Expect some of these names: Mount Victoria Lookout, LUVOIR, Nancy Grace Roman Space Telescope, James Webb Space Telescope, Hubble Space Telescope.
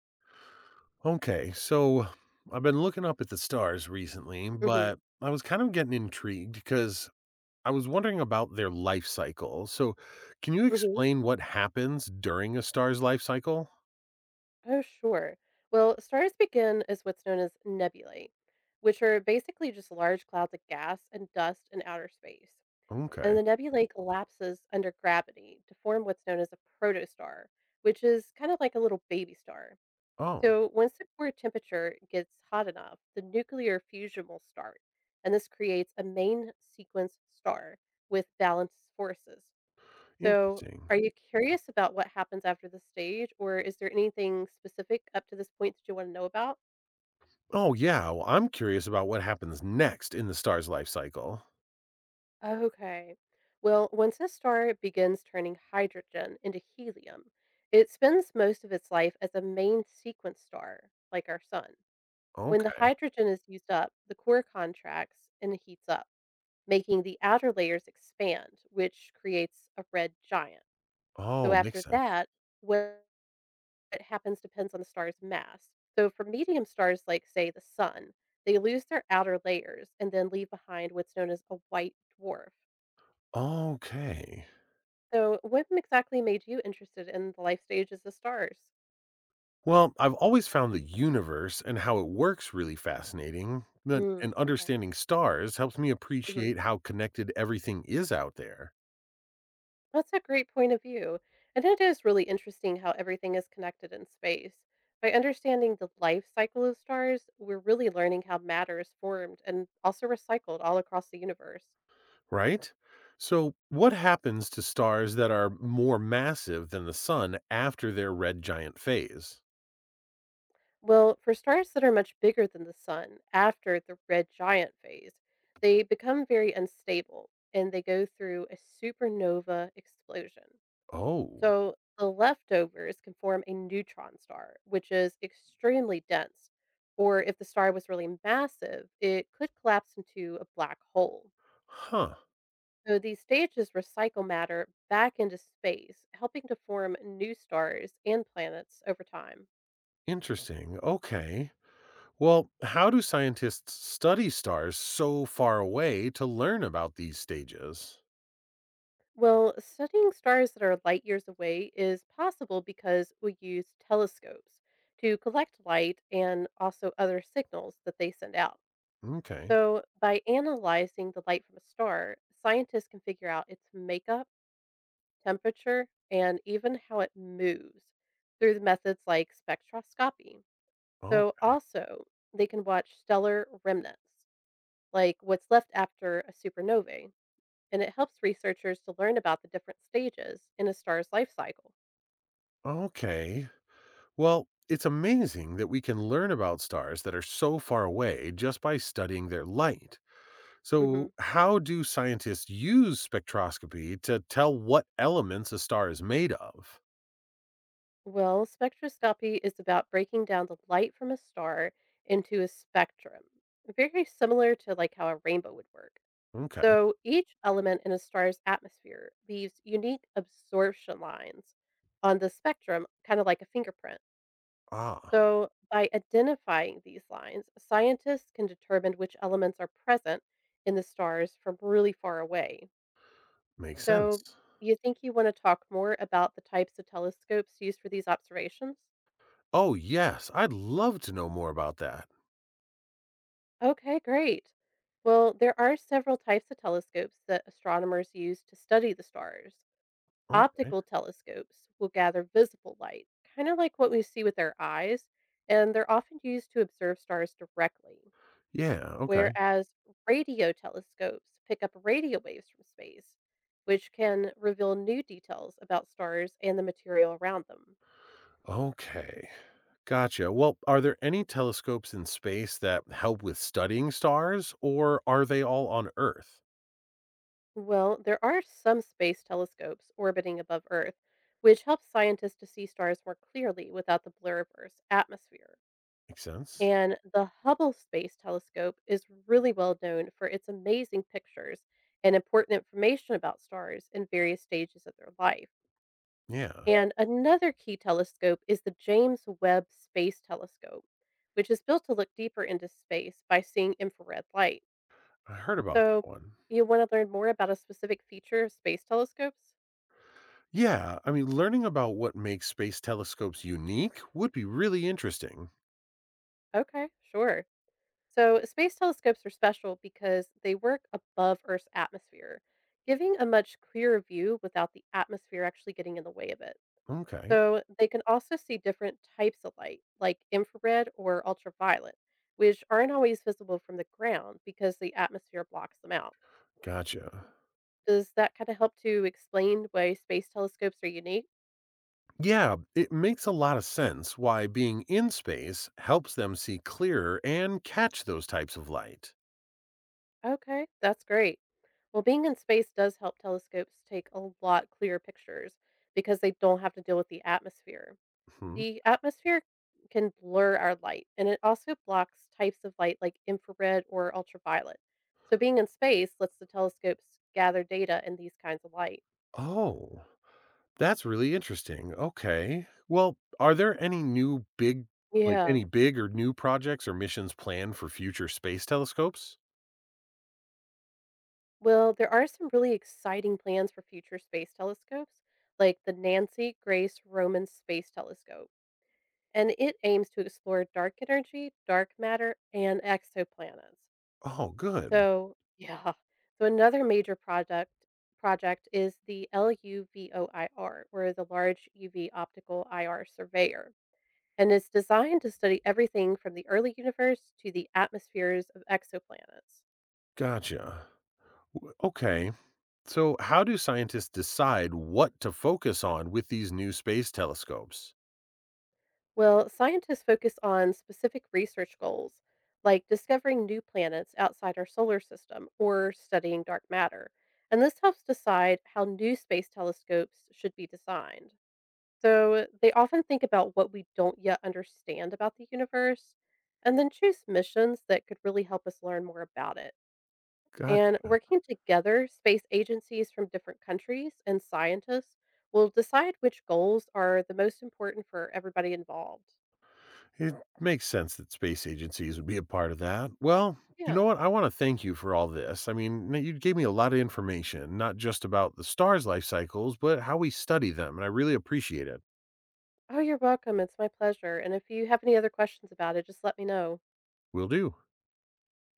Okay, so I've been looking up at the stars recently, Mhm, but I was kind of getting intrigued because I was wondering about their life cycle. So, can you mhm. explain what happens during a star's life cycle? Oh, sure. Well, stars begin as what's known as nebulae, which are basically just large clouds of gas and dust in outer space. And Okay. the nebulae collapses under gravity to form what's known as a protostar, which is kind of like a little baby star. Oh, So, once the core temperature gets hot enough, the nuclear fusion will start, and this creates a main sequence star with balanced forces. So, interesting. are you curious about what happens after the stage, or is there anything specific up to this point that you want to know about? Oh, yeah. Well, I'm curious about what happens next in the star's life cycle. Okay. Well, once a star begins turning hydrogen into helium, it spends most of its life as a main sequence star, like our sun. When the Okay. hydrogen is used up, the core contracts and heats up, making the outer layers expand, which creates a red giant. So Oh, makes after sense. that, when it happens depends on the star's mass. So for medium stars like say the sun, they lose their outer layers and then leave behind what's known as a white dwarf. Okay. So what exactly made you interested in the life stages of stars? Well, I've always found the universe and how it works really fascinating, but- Mm, and okay. understanding stars helps me hmm appreciate how connected everything is out there, That's a great point of view. And it is really interesting how everything is connected in space. By understanding the life cycle of stars, we're really learning how matter is formed and also recycled all across the universe. right? So, what happens to stars that are more massive than the sun after their red giant phase? Well, for stars that are much bigger than the sun after the red giant phase, they become very unstable and they go through a supernova explosion. Oh, So the leftovers can form a neutron star, which is extremely dense. Or if the star was really massive, it could collapse into a black hole. huh. So these stages recycle matter back into space, helping to form new stars and planets over time. Interesting. Okay. Well, how do scientists study stars so far away to learn about these stages? Well, studying stars that are light years away is possible because we use telescopes to collect light and also other signals that they send out. Okay. So, by analyzing the light from a star, scientists can figure out its makeup, temperature, and even how it moves through the methods like spectroscopy. Oh, So, also, they can watch stellar remnants, like what's left after a supernova, and it helps researchers to learn about the different stages in a star's life cycle. okay. Well, it's amazing that we can learn about stars that are so far away just by studying their light. hmm So, how do scientists use spectroscopy to tell what elements a star is made of? Well, spectroscopy is about breaking down the light from a star into a spectrum, very similar to like how a rainbow would work. Okay. So each element in a star's atmosphere leaves unique absorption lines on the spectrum, kind of like a fingerprint. Ah, So by identifying these lines, scientists can determine which elements are present in the stars from really far away. makes So, sense. you think you wanna talk more about the types of telescopes used for these observations? Oh, yes. I'd love to know more about that. Okay, great. Well, there are several types of telescopes that astronomers use to study the stars. Okay. Optical telescopes will gather visible light, kind of like what we see with our eyes, and they're often used to observe stars directly, Yeah. Okay. whereas radio telescopes pick up radio waves from space, which can reveal new details about stars and the material around them. Okay. Gotcha. Well, are there any telescopes in space that help with studying stars, or are they all on Earth? Well, there are some space telescopes orbiting above Earth, which helps scientists to see stars more clearly without the blur of Earth's atmosphere. Makes sense. And the Hubble Space Telescope is really well known for its amazing pictures and important information about stars in various stages of their life. Yeah. And another key telescope is the James Webb Space Telescope, which is built to look deeper into space by seeing infrared light. I heard about that So, one. you want to learn more about a specific feature of space telescopes? Yeah, learning about what makes space telescopes unique would be really interesting. Okay, sure. So, space telescopes are special because they work above Earth's atmosphere, giving a much clearer view without the atmosphere actually getting in the way of it. Okay, So, they can also see different types of light, like infrared or ultraviolet, which aren't always visible from the ground because the atmosphere blocks them out. gotcha. Does that kind of help to explain why space telescopes are unique? Yeah, it makes a lot of sense why being in space helps them see clearer and catch those types of light. Okay, that's great. Well, being in space does help telescopes take a lot clearer pictures because they don't have to deal with the atmosphere. Hmm. The atmosphere can blur our light and it also blocks types of light like infrared or ultraviolet. So, being in space lets the telescopes gather data in these kinds of light. Oh, that's really interesting. Okay. Well, are there any new big, like Yeah. any big or new projects or missions planned for future space telescopes? Well, there are some really exciting plans for future space telescopes, like the Nancy Grace Roman Space Telescope. And it aims to explore dark energy, dark matter, and exoplanets. Oh, good. So, yeah. So another major project is the LUVOIR, or the Large UV Optical IR Surveyor, and it's designed to study everything from the early universe to the atmospheres of exoplanets. Gotcha. Okay. So, how do scientists decide what to focus on with these new space telescopes? Well, scientists focus on specific research goals, like discovering new planets outside our solar system or studying dark matter. And this helps decide how new space telescopes should be designed. So they often think about what we don't yet understand about the universe and then choose missions that could really help us learn more about it. And Gotcha. working together, space agencies from different countries and scientists will decide which goals are the most important for everybody involved. It makes sense that space agencies would be a part of that. Well, you Yeah. know what? I want to thank you for all this. You gave me a lot of information, not just about the stars' life cycles, but how we study them. And I really appreciate it. Oh, you're welcome. It's my pleasure. And if you have any other questions about it, just let me know. Will do.